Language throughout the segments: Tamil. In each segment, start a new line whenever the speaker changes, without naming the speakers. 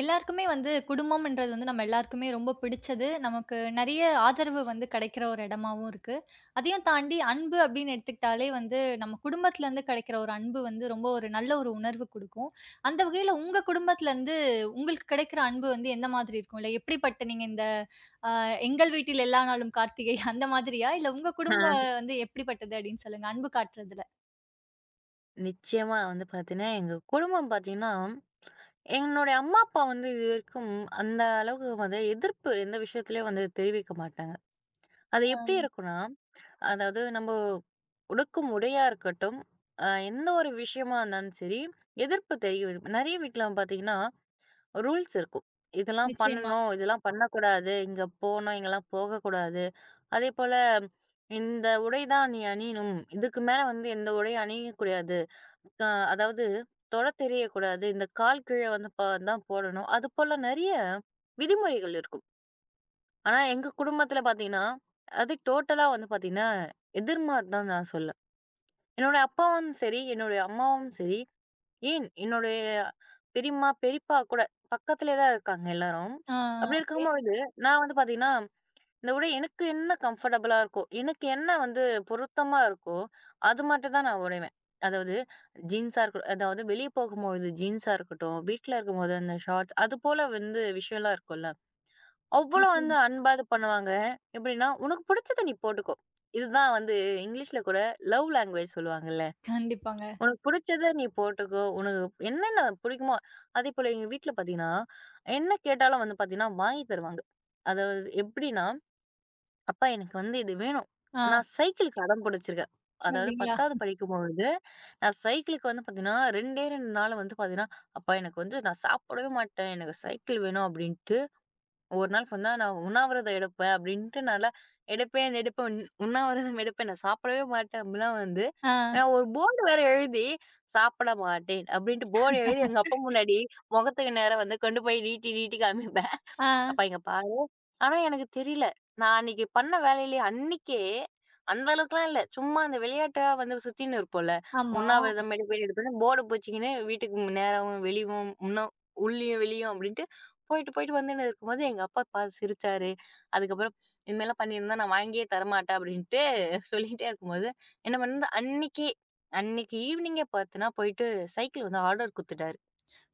எல்லாருக்குமே வந்து குடும்பம்ன்றது வந்து நம்ம எல்லாருக்குமே ரொம்ப பிடிச்சது. நமக்கு நெறைய ஆதரவு வந்து கிடைக்கிற ஒரு இடமாவும் இருக்கு. அதையும் தாண்டி அன்பு அப்படின்னு எடுத்துக்கிட்டாலே வந்து நம்ம குடும்பத்திலேருந்து கிடைக்கிற ஒரு அன்பு வந்து ரொம்ப ஒரு நல்ல ஒரு உணர்வு குடுக்கும். அந்த வகையில உங்க குடும்பத்திலேருந்து உங்களுக்கு கிடைக்கிற அன்பு வந்து எந்த மாதிரி இருக்கும்? இல்ல எப்படிப்பட்ட நீங்க இந்த அ "எங்கள் வீட்டில் எல்லா நாளும் கார்த்திகை" அந்த மாதிரியா? இல்ல உங்க குடும்பம்
ஆ,
வந்து எப்படிப்பட்டது அப்படின்னு சொல்லுங்க. அன்பு காட்டுறதுல.
நிச்சயமா வந்து பார்த்தீங்கன்னா, எங்க குடும்பம் பார்த்தீங்கன்னா, என்னுடைய அம்மா, அப்பா வந்து இதுவரைக்கும் அந்த அளவுக்கு வந்து எதிர்ப்பு எந்த விஷயத்துலயும் வந்து தெரிவிக்க மாட்டாங்க. அது
அ
எப்படி இருக்கும்னா, அதாவது நம்ம உடுக்கும் உடையா இருக்கட்டும், எந்த ஒரு விஷயமா இருந்தாலும் சரி, எதிர்ப்பு தெரியும். நெறைய வீட்ல பார்த்தீங்கன்னா, ரூல்ஸ் இருக்கும். இதெல்லாம்
நிச்சயமா.
பண்ணணும், இதெல்லாம் பண்ணக்கூடாது, இங்க போணும், இங்கலாம் போகக்கூடாது. அதேபோல இந்த உடை தான் நீ அணியணும். இதுக்கு மேல வந்து எந்த உடையும் அணியக்கூடாது. அ அதாவது தொட தெரியக்கூடாது. இந்த கால் கீழ வந்து தான் போடணும். அது போல நெறைய விதிமுறைகள் இருக்கும். ஆனா எங்க குடும்பத்துல பார்த்தீங்கன்னா, அது டோட்டலா வந்து பார்த்தீங்கன்னா, எதிர்மாறு தான் நான் சொல்லுவேன். என்னோட அப்பாவும் சரி, என்னுடைய அம்மாவும் சரி, ஏன் என்னுடைய பெரியம்மா, பெரியப்பா கூட பக்கத்திலே தான் இருக்காங்க எல்லாரும்.
ஆ.
அப்படி
ஓகே.
இருக்கும்பொழுது நான் வந்து பார்த்தீங்கன்னா இந்த உடை எனக்கு என்ன கம்ஃபர்டபுளா இருக்கோ, எனக்கு என்ன வந்து பொருத்தமா இருக்கோ, அது மட்டும் தான் நான் உடைவேன். அதாவது ஜீன்ஸா இருக்க அதாவது வெளிய போகும்போது ஜீன்ஸா இருக்கட்டும், வீட்ல இருக்கும்போது அந்த ஷார்ட்ஸ் அது போல வந்து விஷயம்லாம் இருக்கும்ல. அவ்வளோ வந்து
நிச்சயமா.
அன்பா இது பண்ணுவாங்க. எப்படின்னா, "உனக்கு புடிச்சத நீ போட்டுக்கோ." இதுதான் வந்து இங்கிலீஷ்ல கூட லவ் லாங்குவேஜ் சொல்லுவாங்கல்ல.
கண்டிப்பாங்க.
"உனக்கு புடிச்சத நீ போட்டுக்கோ, உனக்கு என்னென்ன பிடிக்குமோ" அதேபோல எங்க வீட்ல பார்த்தீங்கன்னா, என்ன கேட்டாலும் வந்து பார்த்தீங்கன்னா, வாங்கி தருவாங்க. அதாவது எப்படின்னா அப்பா எனக்கு வந்து இது வேணும்.
ஆ.
நான் சைக்கிளுக்கு அடம் பிடிச்சிருக்கேன். அதாவது
அப்படிங்களா?
10வது படிக்கும்பொழுது, நான் சைக்கிளுக்கு வந்து பார்த்தீங்கன்னா, 2டே 2 நாள் வந்து பார்த்தீங்கன்னா, "அப்பா எனக்கு வந்து நான் சாப்பிடவே மாட்டேன். எனக்கு சைக்கிள் வேணும்." அப்படின்ட்டு, ஒரு நாள் ஃபுல்லா நான் உண்ணாவிரதம் எடுப்பேன் அப்படின்ட்டு, நான்லாம் எடுப்பேன், எடுப்பேன், உண்ணாவிரதம் எடுப்பேன். நான் சாப்பிடவே மாட்டேன் அப்படிலாம் வந்து,
ஆ,
நான் ஒரு போர்டு வேற எழுதி, "சாப்பிட மாட்டேன்" அப்படின்ட்டு போர்டு எழுதி எங்க அப்பா முன்னாடி முகத்துக்கு நேரா வந்து கொண்டு போய் நீட்டி, நீட்டி காமிப்பேன்.
ஆ.
அப்பா இங்க பாரு. ஆனா எனக்கு தெரியல. நான் அன்னைக்கு பண்ண வேலையிலே அன்னைக்கே அந்த அளவுக்குலாம் இல்ல. சும்மா அந்த விளையாட்டா வந்து சுத்தின்னு இருப்போம்ல.
ஆமா.
உண்ணாவிரதம் மெடிபேட் எடுப்பேன்னு போர்டு போச்சுக்கின்னு வீட்டுக்கு நேராவும், வெளியவும் முன்ன உள்ளயும், வெளியும் அப்படின்ட்டு போயிட்டு, போயிட்டு வந்துன்னு இருக்கும்போது எங்க அப்பா பார்த்து சிரிச்சாரு. அதுக்கப்புறம் இனிமேலாம் பண்ணியிருந்தா நான் வாங்கியே தரமாட்டேன் அப்படின்ட்டு சொல்லிட்டே இருக்கும்போது, என்ன பண்ண அன்னைக்கே அன்னைக்கு ஈவினிங்கே பார்த்தீன்னா போயிட்டு சைக்கிள் வந்து ஆர்டர் குடுத்துட்டாரு.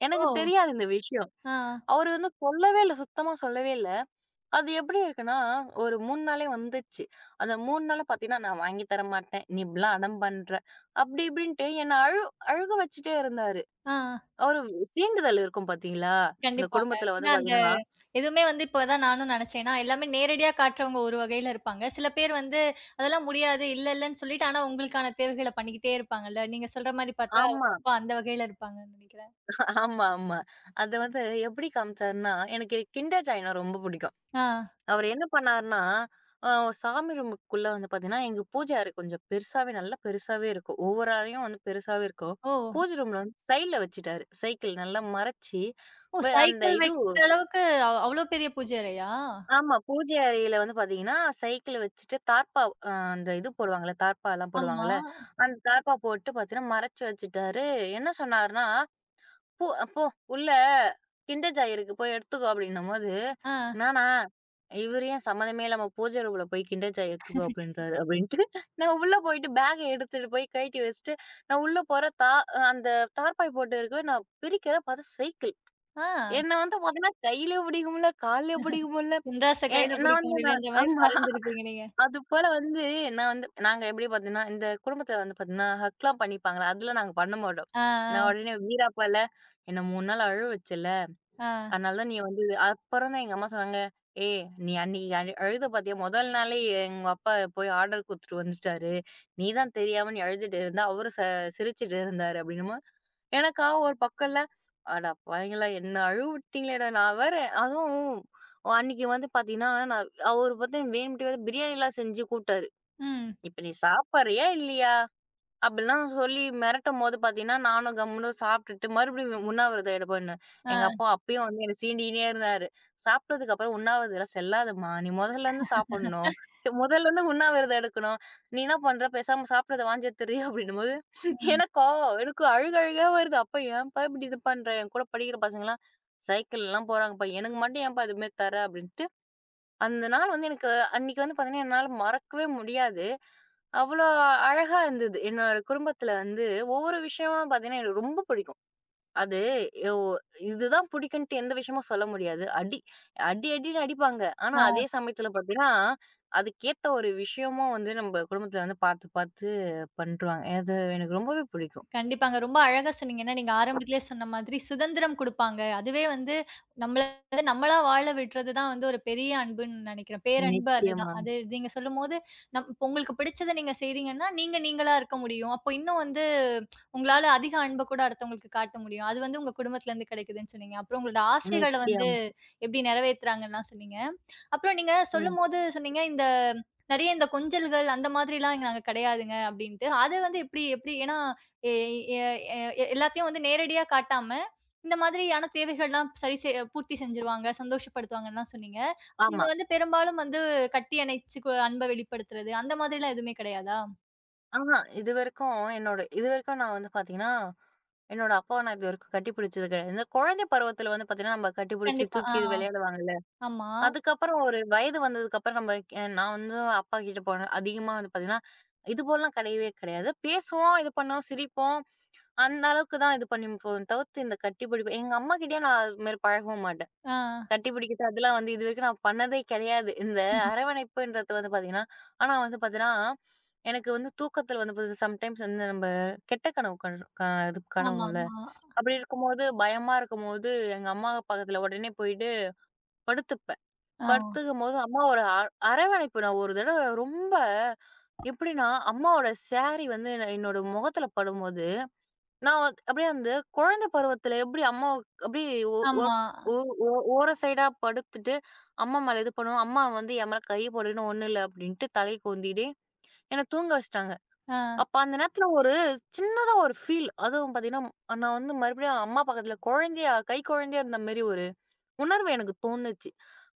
எனக்கு
ஓ!
தெரியாது இந்த விஷயம்.
ஆ,
அவரு வந்து சொல்லவே இல்ல. சுத்தமா சொல்லவே இல்ல. அது எப்படி இருக்குன்னா, ஒரு 3 நாளே வந்துச்சு. அந்த 3 நாளும் பார்த்தீங்கன்னா, "நான் வாங்கி தர மாட்டேன். நீ இப்படிலாம் அடம் பண்ற." அப்படி இப்படின்ட்டு என்ன அழுக வச்சுட்டே இருந்தாரு.
ஆ.
ஒரு சீண்டுதல் இருக்கும் பார்த்தீங்களா? அந்த
கண்டிப்பாங்க.
குடும்பத்தில வந்து
ஏன்னா அந்த
பார்த்தீங்கன்னா
எதுவுமே வந்து இப்ப தான் நானும் நினைச்சேன். ஏன்னா எல்லாமே நேரடியா காட்டுறவங்க ஒரு வகையில இருப்பாங்க. சில பேர் வந்து அதெல்லாம் முடியாது, இல்ல இல்லன்னு சொல்லிட்டு, ஆனா உங்களுக்கான தேவைகள பண்ணிக்கிட்டே இருப்பாங்கல்ல. நீங்க சொல்ற மாரி பார்த்தா, உங்க
ஆமா,
அப்பா அந்த வகையில இருப்பாங்கன்னு நினைக்கிறேன்.
ஆமா, ஆமா. அது வந்து எப்படி காமிச்சாருன்னா, எனக்கு கிண்டர் ஜாய்னா ரொம்ப பிடிக்கும்.
ஆ.
அவரு என்ன பண்ணாருன்னா, அ சாமி ரூமுக்குள்ள வந்து பாத்தீங்கன்னா, எங்க பூஜை அறை கொஞ்சம் பெருசாவே நல்லா பெருசாவே இருக்கும். ஒவ்வொரு அறையும் வந்து பெருசாவே இருக்கும்.
ஓ!
பூஜை ரூம்ல வந்து சைடுல வச்சுட்டாரு. சைக்கிள் நல்லா மறைச்சு,
ஓ!
வ அந்த
சைக்கிள்
இது
வைக்கிற அளவுக்கு அவ்ளோ பெரிய பூஜை அறையா?
ஆமா. பூஜை அறையில வந்து பாத்தீங்கன்னா, சைக்கிள் வச்சுட்டு தார்ப்பா அ அந்த இது போடுவாங்கல்ல, தார்ப்பாலாம்
ஆமா.
போடுவாங்கல்ல, அந்த தார்ப்பா போட்டு பாத்தீங்கன்னா மறைச்சு வச்சுட்டாரு. என்ன சொன்னாருன்னா போ போ உள்ள கிண்டஜா இருக்கு போய் எடுத்துக்கோ அப்படின்னும்போது,
ஆ,
நானா? இவரு ஏன் சம்மதமே இல்லாம பூஜை ரூம்ல போய் கிண்டர் ஜாய் எடுத்துக்கோ அப்படின்றாரு அப்படின்ட்டு, நான் உள்ள போயிட்டு பேக்க எடுத்துட்டு போய் கழட்டி வச்சுட்டு, நான் உள்ள போற தா அந்த தார்பாய் போட்டு இருக்கு. நான் பிரிக்கிறேன் பார்த்தா சைக்கிள்.
ஆ.
என்ன வந்து பார்த்தீங்கன்னா, கையிலயும் பிடிக்க முடியல, கால்லயும் பிடிக்க முடியல.
சின்ராச
எ
கையில
நான்
பிடிக்க
வந்து நான்
முடியலன்ற மாரி
ஆமா.
பறந்திருப்பீங்க நீங்க.
அதுபோல வந்து நான் வந்து நாங்க எப்படி பார்த்தீங்கன்னா, இந்த குடும்பத்தில வந்து பார்த்தீங்கன்னா, ஹக்லாம் பண்ணிப்பாங்கல்ல. அதுல நாங்க பண்ண மாட்டோம்.
ஆ, ஆ,
நான் உடனே வீராப்பால, "என்ன 3 நாள் அழ வச்சல்ல,
ஆ.
அதனால தான் நீ வந்து" அப்புறம் தான் எங்க அம்மா சொன்னாங்க, "ஏய் நீ அன்னைக்கு அழுத பார்த்தியா? முதல் நாளே எங்க அப்பா போய் ஆர்டர் குடுத்துட்டு வந்துட்டாரு. நீ தான் தெரியாம நீ அழுதுட்டு இருந்த. அவரு சிரிச்சுட்டு இருந்தாரு" அப்படின்னும்போது, எனக்கா ஒரு பக்கம்ல, "அட பாவிங்களா! என்ன அழ விட்டீங்களேடா!" நான் வேற அதுவும் அன்னைக்கு வந்து பார்த்தீங்கன்னா, நான் அவரு பார்த்தா வேணும்ன்ட்டே பிரியாணிலாம் செஞ்சு கூப்ட்டாரு.
ம்.
"இப்ப நீ சாப்பிடுறியா? இல்லையா?" அப்படிலாம் சொல்லி மிரட்டும்போது பார்த்தீங்கன்னா, நானும் கம்முனு சாப்பிட்டுட்டு மறுபடியும் உண்ணாவிரதம் எடுப்பேன்னு. எங்க
ஆ,
அப்பா அப்பயும் வந்து என்ன சீண்டிகின்னே இருந்தாரு. "சாப்பிட்டதுக்கு அப்புறம் உண்ணாவிரதம்லாம் செல்லாதும்மா. நீ முதல்ல இருந்து சாப்பிடணும். சே முதல்ல இருந்து உண்ணாவிரதம் எடுக்கணும். நீ என்ன பண்ற? பேசாம சாப்பிட்டத வாந்தி எடுத்துடுறியா?" அப்படின்னும்போது
ம்.
எனக்கா எனக்கு அழுக அழுகையா வருது. "அப்பா ஏன்ப்பா இப்படி இது பண்ற? என் கூட படிக்கிற பசங்கலாம் சைக்கிள்லாம் போறாங்கப்பா. எனக்கு மட்டும் ஏன்ப்பா இதுமாரி தர?" அப்படின்ட்டு அந்த நாள் வந்து எனக்கு அன்னைக்கு வந்து பார்த்தீங்கன்னா, என்னால மறக்கவே முடியாது. அவ்வளோ அழகா இருந்தது. என்னோட குடும்பத்துல வந்து ஒவ்வொரு விஷயமும் பார்த்தீங்கன்னா, எனக்கு ரொம்ப பிடிக்கும். அது எ- ஒ இதுதான் பிடிக்குன்ட்டு எந்த விஷயமும் சொல்ல முடியாது. அடி அடி அடின்னு அடிப்பாங்க. ஆனா, அதே
ஆ.
சமயத்துல பார்த்தீங்கன்னா, அதுக்கேத்த ஒரு விஷயமும் வந்து நம்ம குடும்பத்துல வந்து பார்த்து பார்த்து பண்ருவாங்க. அது எனக்கு ரொம்பவே பிடிக்கும்.
கண்டிப்பாங்க. ரொம்ப அழகா சொன்னீங்க. ஏன்னா, நீங்க ஆரம்பத்திலேயே சொன்ன மாதிரி சுதந்திரம் குடுப்பாங்க. அதுவே வந்து நம்மள வந்து நம்மளா வாழ விடுறது தான் வந்து ஒரு பெரிய அன்புன்னு நெனைக்கிறேன். பேரன்பு அதுதான்.
நிச்சயமா,
அது நீங்க சொல்லும்போது, இப்ப உங்களுக்கு பிடிச்சத நீங்க செய்றீங்கன்னா, நீங்க நீங்களா இருக்க முடியும். அப்போ இன்னும் வந்து உங்களால அதிக அன்ப கூட அடுத்தவங்களுக்கு காட்ட முடியும். அது வந்து உங்க குடும்பத்திலேருந்து கிடைக்குதுன்னு சொன்னீங்க. அப்புறம் உங்களோட ஆசைகள வந்து
நிச்சயம்.
எப்படி நிறைவேத்துறாங்கன்னுலாம் சொன்னீங்க. அப்புறம் நீங்க
ம்.
சொல்லும்போது சொன்னீங்க, இந்த நெறைய இந்த கொஞ்சல்கள் அந்த மாதிரிலாம் இங்க நாங்க கிடையாதுங்க அப்டின்ட்டு. அது வந்து எப்டி எப்டி ஏன்னா, எ எ எ எ- எல்லாத்தையும் வந்து நேரடியா காட்டாம, இந்த மாதிரியான தேவைகள்லாம் சரி பூர்த்தி செஞ்சுருவாங்க, சந்தோஷப்படுத்துவாங்கன்னுலாம் சொன்னீங்க. நீங்க
ஆமா.
வந்து பெரும்பாலும் வந்து கட்டி அணைச்சு அன்ப வெளிப்படுத்துறது, அந்த மாதிரிலாம் எதுவுமே கிடையாதா?
ஆஹா. இதுவரைக்கும் என்னோட இதுவரைக்கும் நான் வந்து பார்த்தீங்கன்னா என்னோட அப்பாவ நான் இதுவரைக்கும் கட்டிப்பிடிச்சது கிடையாது. இந்த குழந்தை பருவத்தில வந்து பார்த்தீங்கன்னா, நம்ம கட்டிப்பிடிச்சு
கண்டிப்பா. ஆ.
தூக்கி இது விளையாடுவாங்கல்ல.
ஆமா.
அதுக்கப்புறம் ஒரு வயது வந்ததுக்கப்புறம் நம்ம நான் வந்து அப்பா கிட்ட போனேன். அதிகமா வந்து பார்த்தீங்கன்னா, இது போலலாம் கிடையவே கிடையாது. பேசுவோம், இது பண்ணுவோம், சிரிப்போம். அந்த அளவுக்கு தான் இது பண்ணிப்போம். தவிர்த்து இந்த கட்டிப்பிடிப்பு எங்க அம்மாகிட்டயே நான் அது மாரி பழகவும் மாட்டேன்.
ஆ.
கட்டிப்பிடிக்கிறது அதெல்லாம் வந்து இதுவரைக்கும் நான் பண்ணதே கிடையாது. இந்த அரவணைப்புன்றது வந்து பார்த்தீங்கன்னா ஆனா வந்து பார்த்தீங்கன்னா, எனக்கு வந்து தூக்கத்தில வந்து சம்டைம்ஸ் வந்து நம்ம கெட்ட கனவு கண் க இது கனவுல
ஆமாமா.
அப்படி இருக்கும்போது, பயமா இருக்கும்போது, எங்க அம்மா பக்கத்துல உடனே போயிட்டு படுத்துப்பேன்.
ஆ.
படுத்துக்கும்போது அம்மா ஒரு அரவணைப்பு நான் ஒரு தடவ ரொம்ப எப்படின்னா, அம்மாவோட சாரி வந்து என் என்னோட முகத்துல படும்போது, நான் வந் அப்படியே அந்த குழந்தை பருவத்துல எப்படி அம்மா அப்படியே ஒ ஒர்
ஆமா.
ஓ ஓர சைடா படுத்துட்டு, அம்மா மேல இது பண்ணுவோம். அம்மா வந்து என் மேல கை போடுன்னு, "ஒண்ணும் இல்ல" அப்படின்ட்டு தலைய கோந்திட்டே என்ன தூங்க வச்சுட்டாங்க.
ஆ.
அப்ப அந்த நேரத்துல ஒரு சின்னதா ஒரு ஃபீல் அதுவும் பார்த்தீங்கன்னா, நான் வந்து மறுபடியும் அம்மா பக்கத்துல குழந்தையா குழந்தையா இருந்த மாரி ஒரு உணர்வு எனக்கு தோணுச்சு.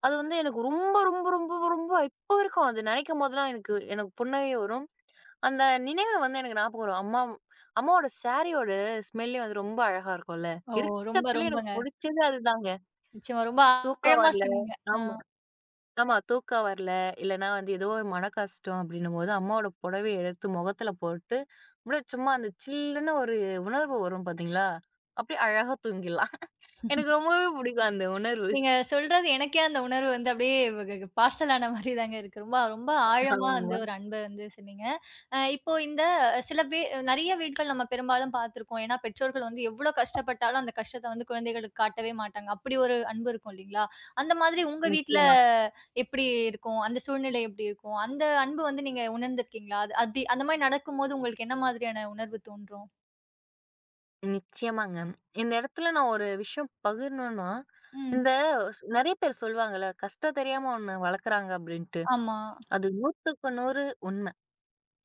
அது வந்து எனக்கு ரொம்ப, ரொம்ப, ரொம்ப, ரொம்ப இப்போ வரைக்கும் அது நினைக்கும் போதெல்லாம் எனக்கு எனக்கு புன்னகை வரும். அந்த நினைவு வந்து எனக்கு ஞாபகம் வரும். அம்மா அம்மாவோட சாரியோட ஸ்மெல்லே வந்து ரொம்ப அழகா இருக்கும்ல.
ஓ! ரொம்ப
இருக்கத்துலயே எனக்கு
ரொம்பங்க.
புடிச்சது அதுதாங்க.
நிச்சயமா. ரொம்ப
தூக்கம்
ஆழமா
வரல.
சொன்னீங்க. ஆ.
ஆமா. ஆமா. தூக்கம் வரல. இல்லன்னா வந்து ஏதோ ஒரு மன கஷ்டம் அப்படின்னும்போது, அம்மாவோட புடவைய எடுத்து முகத்துல போட்டு, அப்படியே சும்மா அந்த சில்லுன்னு ஒரு உணர்வு வரும் பார்த்தீங்களா? அப்படியே அழகா தூங்கிடலாம். எனக்கு ரொம்பவே பிடிக்கும் அந்த உணர்வு.
நீங்க சொல்றது எனக்கே அந்த உணர்வு வந்து அப்படியே வ க பார்சல் ஆன மாரி தாங்க இருக்கு. ரொம்ப ரொம்ப ஆழமா வந்து
ஆமா.
ஒரு அன்ப வந்து சொன்னீங்க. இப்போ இந்த சில பே நெறைய வீட்கள் நம்ம பெரும்பாலும் பார்த்துருக்கோம். ஏன்னா பெற்றோர்கள் வந்து எவ்ளோ கஷ்டப்பட்டாலும் அந்த கஷ்டத்த வந்து குழந்தைகளுக்கு காட்டவே மாட்டாங்க. அப்படி ஒரு அன்பு இருக்கும் இல்லைங்களா? அந்த மாதிரி உங்க வீட்ல
நிச்சயமா.
எப்படி இருக்கும்? அந்த சூழ்நிலை எப்படி இருக்கும்? அந்த அன்பு வந்து நீங்க உணர்ந்திருக்கீங்களா? அது அப்படி அந்த மாரி நடக்கும்போது உங்களுக்கு என்ன மாதிரியான உணர்வு தோன்றும்?
நிச்சயமாங்க. இந்த இடத்துல நான் ஒரு விஷயம் பகிரணும்னா,
ம்.
இந்த நெறைய பேர் சொல்லுவாங்கல்ல, கஷ்டம் தெரியாம ஒண்ணு வளர்க்குறாங்க அப்படின்ட்டு.
ஆமா.
அது 100க்கு 100 உண்ம.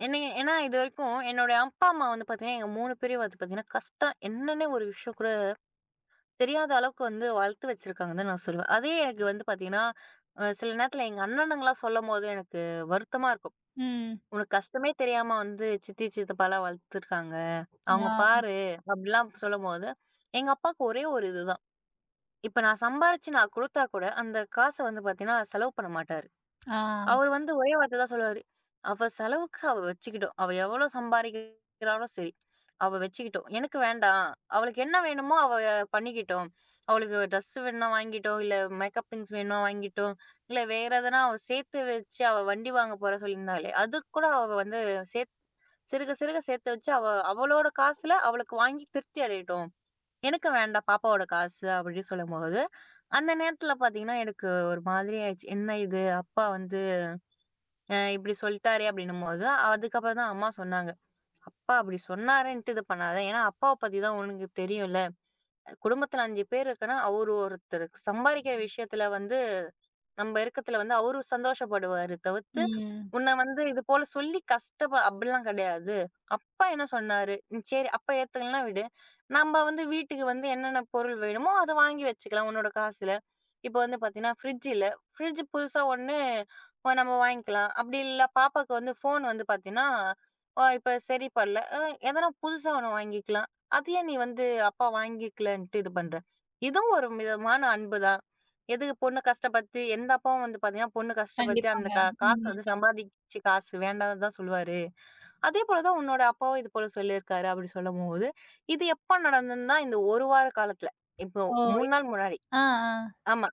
என்னைய ஏன்னா இதுவரைக்கும் என்னோட அப்பா, அம்மா வந்து பார்த்தீங்கன்னா, எங்க 3 பேரையும் வந்து பார்த்தீங்கன்னா, கஷ்டம் என்னன்னே ஒரு விஷயம் கூட தெரியாத அளவுக்கு வந்து வளர்த்து வச்சிருக்காங்கன்னு தான் நான் சொல்லுவேன். அதே எனக்கு வந்து பார்த்தீங்கன்னா, சில நேரத்தில எங்க அண்ணனுங்கலாம் சொல்லும்போது எனக்கு வருத்தமா இருக்கும்.
ம்.
"உனக்கு கஷ்டமே தெரியாம வந்து சித்தி, சித்தப்பாலாம் வளர்த்துருக்காங்க. அவங்க
ஆ.
பாரு" அப்படிலாம் சொல்லும்போது, எங்க அப்பாவுக்கு ஒரே ஒரு இதுதான். இப்ப நான் சம்பாரிச்சு நான் குடுத்தா கூட, அந்த காச வந்து பார்த்தீங்கன்னா, செலவு பண்ண மாட்டாரு.
ஆ.
அவரு வந்து ஒரே வார்த்தை தான் சொல்லுவாரு. "அவ செலவுக்கு அவ வச்சுக்கிட்டும். அவ எவ்வளோ சம்பாரிக்கிறாளோ சரி. அவ வச்சுக்கிட்டும். எனக்கு வேண்டாம். அவளுக்கு என்ன வேணுமோ அவ பண்ணிக்கிட்டும். அவளுக்கு ட்ரெஸ் வேணும்னா வாங்கிட்டும். இல்ல மேக்கப் திங்ஸ் வேணும்னா வாங்கிட்டும். இல்ல வேற எதனா அவ சேர்த்து வச்சு அவ வண்டி வாங்க போறேன்னு சொல்லியிருந்தாளே, அதுக்கு கூட அவ வந்து சேத் சிறுக சிறுக சேர்த்து வச்சு அவ அவளோட காசுல அவளுக்கு வாங்கி திருப்தி அடையட்டும். எனக்கு வேண்டாம் பாப்பாவோட காசு" அப்படின்னு சொல்லும்போது, அந்த நேரத்துல பார்த்தீங்கன்னா, எனக்கு ஒரு மாதிரி ஆயிடுச்சு. என்ன இது? அப்பா வந்து இப்படி சொல்ட்டாரே அப்படின்னும்போது, அதுக்கப்புறம் தான் அம்மா சொன்னாங்க. அப்பா அப்படி சொன்னாருன்ட்டு இது பண்ணாத. ஏன்னா அப்பாவ பத்தி தான் உனக்கு தெரியும்ல. குடும்பத்துல 5 பேர் இருக்குன்னா, அவரு ஒருத்தர். சம்பாரிக்கிற விஷயத்துல வந்து நம்ம இருக்கத்துல வந்து அவரும் சந்தோஷப்படுவாரு தவிர்த்து,
ம்.
உன்ன வந்து இது போல சொல்லி அப்படிலாம் கிடையாது. அப்பா என்ன சொன்னாரு? ம் சரி அப்பா ஏத்துக்கலன்னா விடு. நம்ம வந்து வீட்டுக்கு வந்து என்னென்ன பொருள் வேணுமோ அத வாங்கி வச்சுக்கலாம் உன்னோட காசுல. இப்ப வந்து பாத்தீங்கன்னா, ஃப்ரிட்ஜ் இல்ல. ஃப்ரிட்ஜ் புதுசா ஒண்ணு நம்ம வாங்கிக்கலாம். அப்படி இல்ல பாப்பாக்கு வந்து ஃபோன் வந்து பாத்தீங்கன்னா, இப்ப சரி படல. எதனா புதுசா ஒண்ணு வாங்கிக்கலாம். அது ஏன் நீ வந்து அப்பா வாங்கிக்கலன்ட்டு இது பண்ற? இதுவும் ஒரு விதமான அன்பு தான். எதுக்கு பொண்ணு கஷ்டப்பட்டு எந்த அப்பாவும் வந்து பார்த்தீங்கன்னா, பொண்ணு கஷ்டப்பட்டு அந்த
கண்டிப்பாங்க.
காசு
ம்.
வந்து சம்பாதிச்சு காசு வேண்டாம்னு தான் சொல்லுவாரு. அதே போல தான் உன்னோட அப்பாவும் இது போல சொல்லியிருக்காரு அப்படி சொல்லும்போது, இது எப்ப நடந்ததுன்னா, இந்த 1 வார காலத்துல. இப்போ
ஓ!
3 நாள் முன்னாடி.
ஆ, ஆ,
ஆமா.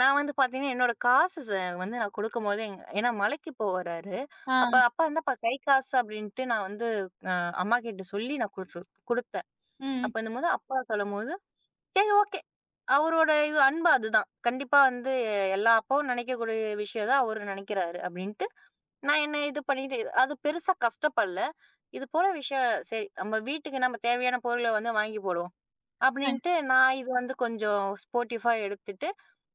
நான் வந்து பார்த்தீங்கன்னா, என்னோட காசு வந்து நான் குடுக்கும்போது ஏன்னா மலைக்கு போறாரு. அப்ப
ஆ.
அப்பா வந்து அப்ப கை காசு அப்படின்ட்டு நான் வந்து அ அம்மாகிட்ட சொல்லி நான் குடுத்தேன்.
ம்.
அப்பன்னும்போது அப்பா சொல்லும்போது, "சரி ஓகே. அவரோட இது அன்பு அதுதான். கண்டிப்பா வந்து எல்லா அப்பாவும் நினைக்கக்கூடிய விஷயம் தான் அவரு நினைக்கிறாரு அப்டின்ட்டு, நான் என்ன இது பண்ணிட்டு அது பெருசா கஷ்டப்படல. இது போல விஷயம் சரி நம்ம வீட்டுக்கு நம்ம தேவையான பொருள வந்து வாங்கி போடுவோம்.
கண்
அப்படின்ட்டு நான் இது வந்து கொஞ்சம் ஸ்போர்டிஃபா எடுத்துட்டு,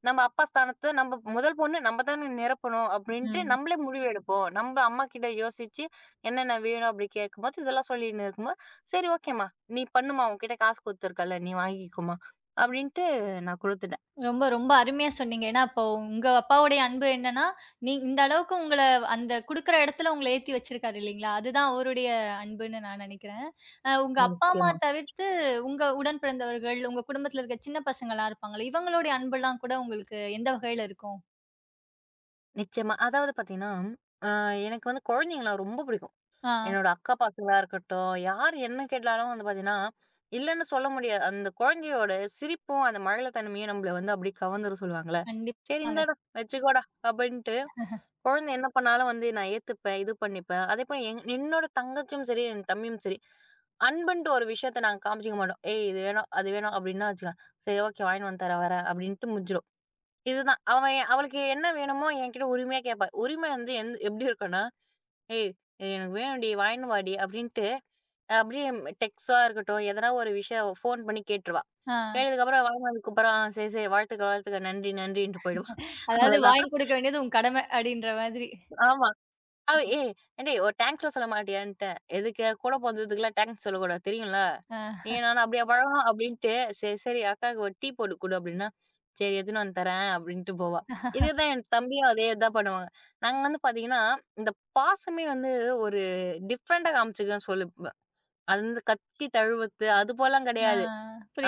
நம்ம அப்பா ஸ்தானத்த நம்ம முதல் பொண்ணு நம்ம தான நிரப்பணும் அப்படின்ட்டு
ம்.
நம்மளே முடிவு எடுப்போம். நம்ம அம்மாகிட்ட யோசிச்சு என்னென்ன வேணும் அப்படி கேட்கும்போது, இதெல்லாம் சொல்லின்னு இருக்கும்போது, "சரி ஓகேம்மா, நீ பண்ணும்மா. உன்கிட்ட காசு குடுத்துருக்கல்ல, நீ வாங்கிக்கோம்மா" அப்படின்ட்டு நான் குடுத்துட்டேன்.
ரொம்ப, ரொம்ப அருமையா சொன்னீங்க. ஏன்னா, அப்போ உங்க அப்பாவுடைய அன்பு என்னன்னா, நீ இந்த அளவுக்கு உங்கள அந்த குடுக்குற இடத்துல உங்கள ஏத்தி வச்சிருக்காரு இல்லீங்களா? அதுதான் அவருடைய அன்புன்னு நான் நெனைக்கிறேன். உங்க அப்பா, அம்மா
நிச்சயமா,
தவிர்த்து உங்க உடன் பிறந்தவர்கள், உங்க குடும்பத்துல இருக்க சின்ன பசங்கலாம் இருப்பாங்கல்ல, இவங்களுடைய அன்பெல்லாம் கூட உங்களுக்கு எந்த வகையில இருக்கும்?
நிச்சயமா. அதாவது பார்த்தீங்கன்னா, அ எனக்கு வந்து குழந்தைங்கள ரொம்ப பிடிக்கும்.
ஆ,
என்னோட அக்கா பசங்களா இருக்கட்டும், யார் என்ன கேட்டாலும் வந்து பார்த்தீங்கன்னா, இல்லன்னு சொல்ல முடியாது. அந்த குழந்தையோட சிரிப்பும், அந்த மழலைத்தன்மையும் நம்மள வந்து அப்படியே கவர்ந்துர சொல்லுவாங்கல்ல. சரி
கண்டிப்பாங்க.
இந்தாடா வச்சுக்கோடா அப்படின்ட்டு, குழந்தை என்ன பண்ணாலும் வந்து நான் ஏத்துப்பேன், இது பண்ணிப்பேன். அதேபோல என்னோட தங்கச்சியும் சரி, என் தம்பியும் சரி, அன்புன்ட்டு ஒரு விஷயத்த நாங்க காமிச்சுக்க மாட்டோம். ஏய் இது வேணும், அது வேணும் அப்படின்னா வச்சுக்கோ, சரி ஓகே வாங்கிட்டு வந்து தரேன் வரேன் அப்படின்ட்டு முடிஞ்சிடும். இதுதான். அவன் அவளுக்கு என்ன வேணுமோ என்கிட்ட உரிமையா கேட்பா. உரிமை வந்து எப்படி இருக்கும்னா, ஏய்! இது எனக்கு வேணும்டி, வாங்கின்னு வாடி அப்படின்ட்டு, அப்படியே டெக்ஸ்ட்டா இருக்கட்டும், எதனா ஒரு விஷயம் ஃபோன் பண்ணி கேட்டுருவா.
ஆ.
கேட்டதுக்கப்புறம் வாங்கினதுக்கப்புறம், "ஆ சரி, சரி, வாழ்த்துக்க, வாழ்த்துக்க, நன்றி, நன்றின்ட்டு" போயிடுவா.
அதாவது
அவ்வளோதான்.
வாங்கி குடுக்க வேண்டியது உன் கடமை அப்டின்ற மாதிரி.
ஆமா. அவ ஏய் "ஏன்டேய் ஒரு தேங்க்ஸ்லாம் சொல்ல மாட்டியான்ட்டேன்." "எதுக்கு? கூட பொறந்ததுக்குலாம் தேங்க்ஸ் சொல்லக்கூடாது தெரியும்ல?
ஆ,
நீயும் நானும் அப்படியா பழகுனோம்?" அப்படின்ட்டு, "சரி, சரி அக்காவுக்கு ஒரு டீ போட்டு குடு" அப்படின்னா, "சரி எடுத்துன்னு வந்து தரேன்" அப்படின்ட்டு போவா. இதேதான் என் தம்பியும் அதே தான் பண்ணுவாங்க. நாங்க வந்து பார்த்தீங்கன்னா, இந்த பாசமே வந்து ஒரு டிஃப்ரெண்ட்டா காமிச்சுக்கன்னு சொல்லுவேன். அது வந்து கத்தி தழுவுறது அது போலலாம்
ஆ.
கிடையாது.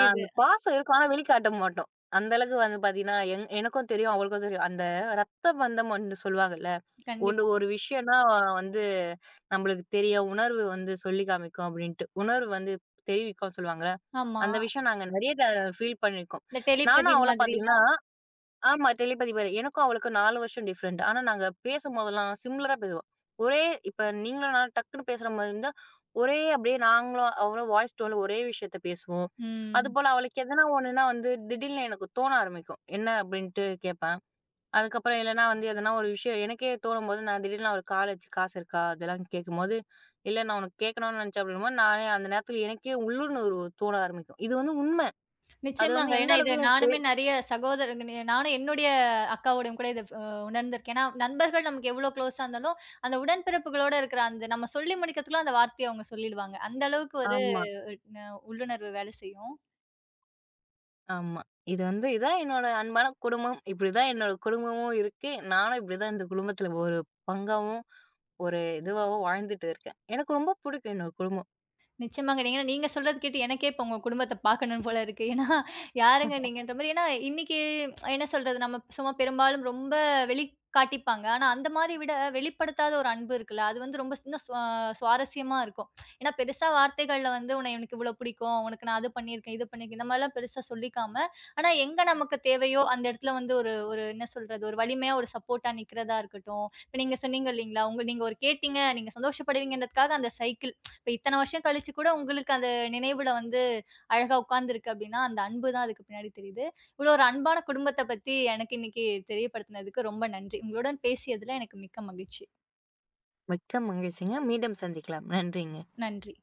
அந்த பாசம் இருக்கும், ஆனா வெளிக்காட்ட மாட்டோம். அந்த அளவுக்கு வந்து பார்த்தீங்கன்னா, எனக்கும் தெரியும், அவளுக்கும் தெரியும். அந்த ரத்த பந்தம் ஒண்ணு சொல்லுவாங்கல்ல. ஒரு
கண்டிப்பா.
ஒரு விஷயம்னா வந்து நம்மளுக்கு தெரியும். உணர்வு வந்து சொல்லி காமிக்கும் அப்டின்ட்டு. உணர்வு வந்து தெரிவிக்கும்னு சொல்லுவாங்கல்ல.
ஆமா.
அந்த விஷயம் நாங்க நெறைய ஃபீல் பண்ணியிருக்கோம்.
இந்த டெலிபதி
நானும் அவளும்
மாதிரி.
பார்த்தீங்கன்னா ஆமா டெலிபதி மாரி. எனக்கும் அவளுக்கும் 4 வருஷம் டிஃபரண்ட். ஆனா நாங்க பேசும்போதெல்லாம் சிமிலரா பேசுவோம். ஒரே இப்ப நீங்களும் நானும் டக்குன்னு பேசுற மாரி இருந்தா, ஒரே அப்டியே நாங்களும் அவளும் வாய்ஸ் டோன்ல ஒரே விஷயத்த பேசுவோம்.
ம்.
அதுபோல அவளுக்கு எதனா ஒண்ணுன்னா வந்து திடீர்னு எனக்கு தோண ஆரம்பிக்கும். என்ன அப்டின்ட்டு கேட்பேன். அதுக்கப்புறம் இல்லன்னா வந்து எதனா ஒரு விஷயம் எனக்கே தோணும்போது, நான் திடீர்னு அவருக்கு கால் அடிச்சு காசு இருக்கா? அதெல்லாம் கேட்கும்போது, இல்ல நான் உனக்கு கேட்கணும்னு நினைச்சேன் அப்படிங்கும்போது, நானே அந்த நேரத்துல எனக்கே உள்ளுணர்வு தோண ஆரம்பிக்கும். இது வந்து உண்மை. அது வந்து
நிச்சயமாங்க.
எந்த
ஏன்னா, இது
அளவுக்கு எனக்கு
நானுமே நிறைய நானும் என்னுடைய அக்காவோடையும் கூட இத உணர்ந்திருக்கேன். ஏன்னா, நண்பர்கள் நமக்கு எவ்வளோ க்ளோஸா இருந்தாலும், அந்த உடன்பிறப்புகளோட இருக்கிற அந்த நம்ம சொல்லி முடிக்கிறதுக்குள்ள அந்த வார்த்தைய அவங்க சொல்லிடுவாங்க. அந்த அளவுக்கு ஒரு
ஆமா,
ந உள்ளுணர்வு வேலை செய்யும்.
ஆமா. இது வந்து இதான் என்னோட அன்பான குடும்பம். இப்படிதான் என்னோட குடும்பமும் இருக்கு. நானும் இப்படிதான் இந்த குடும்பத்துல ஒரு பங்காவும், ஒரு இதுவாவும் வாழ்ந்துட்டு இருக்கேன். எனக்கு ரொம்ப பிடிக்கும் என்னோட குடும்பம்.
நிச்சயமாங்க. ஏன்னா நீங்க சொல்றது கேட்டு எனக்கே இப்ப உங்க குடும்பத்த பார்க்கணும் போல இருக்கு. ஏன்னா யாருங்க நீங்கன்ற மாரி ஏன்னா இன்னைக்கு என்ன சொல்றது? நம்ம சும்மா பெரும்பாலும் ரொம்ப வெளி காட்டிப்பாங்க. ஆனா அந்த மாரி விட வெளிப்படுத்தாத ஒரு அன்பு இருக்குல்ல. அது வந்து ரொம்ப இன்னும் சுவாரஸ்யமா இருக்கும். ஏன்னா பெருசா வார்த்தைகள்ல வந்து உன்னை எனக்கு இவ்வளோ பிடிக்கும். உனக்கு நான் அது பண்ணியிருக்கேன், இது பண்ணியிருக்கேன். இந்த மாரிலாம் பெருசா சொல்லிக்காம, ஆனா எங்க நமக்கு தேவையோ அந்த இடத்துல வந்து ஒரு ஒரு என்ன சொல்றது? ஒரு வலிமையா ஒரு சப்போர்ட்டா நிக்கிறதா இருக்கட்டும். இப்ப நீங்க சொன்னீங்க இல்லீங்களா? நீங்க ஒரு கேட்டீங்க, நீங்க சந்தோஷப்படுவீங்கன்றதுக்காக அந்த சைக்கிள் இப்ப இத்தன வருஷம் கழிச்சு கூட உங்களுக்கு அந்த நினைவுல வந்து அழகா உட்கார்ந்திருக்கு அப்டின்னா, அந்த அன்பு தான் அதுக்கு பின்னாடி தெரியுது. இவ்ளோ ஒரு அன்பான குடும்பத்த பத்தி எனக்கு இன்னைக்கு தெரியப்படுத்தினதுக்கு ரொம்ப நன்றி. உங்களுடன் பேசியதுல எனக்கு மிக்க மகிழ்ச்சி.
மிக்க மகிழ்ச்சிங்க. மீண்டும் சந்திக்கலாம். நன்றிங்க.
நன்றி.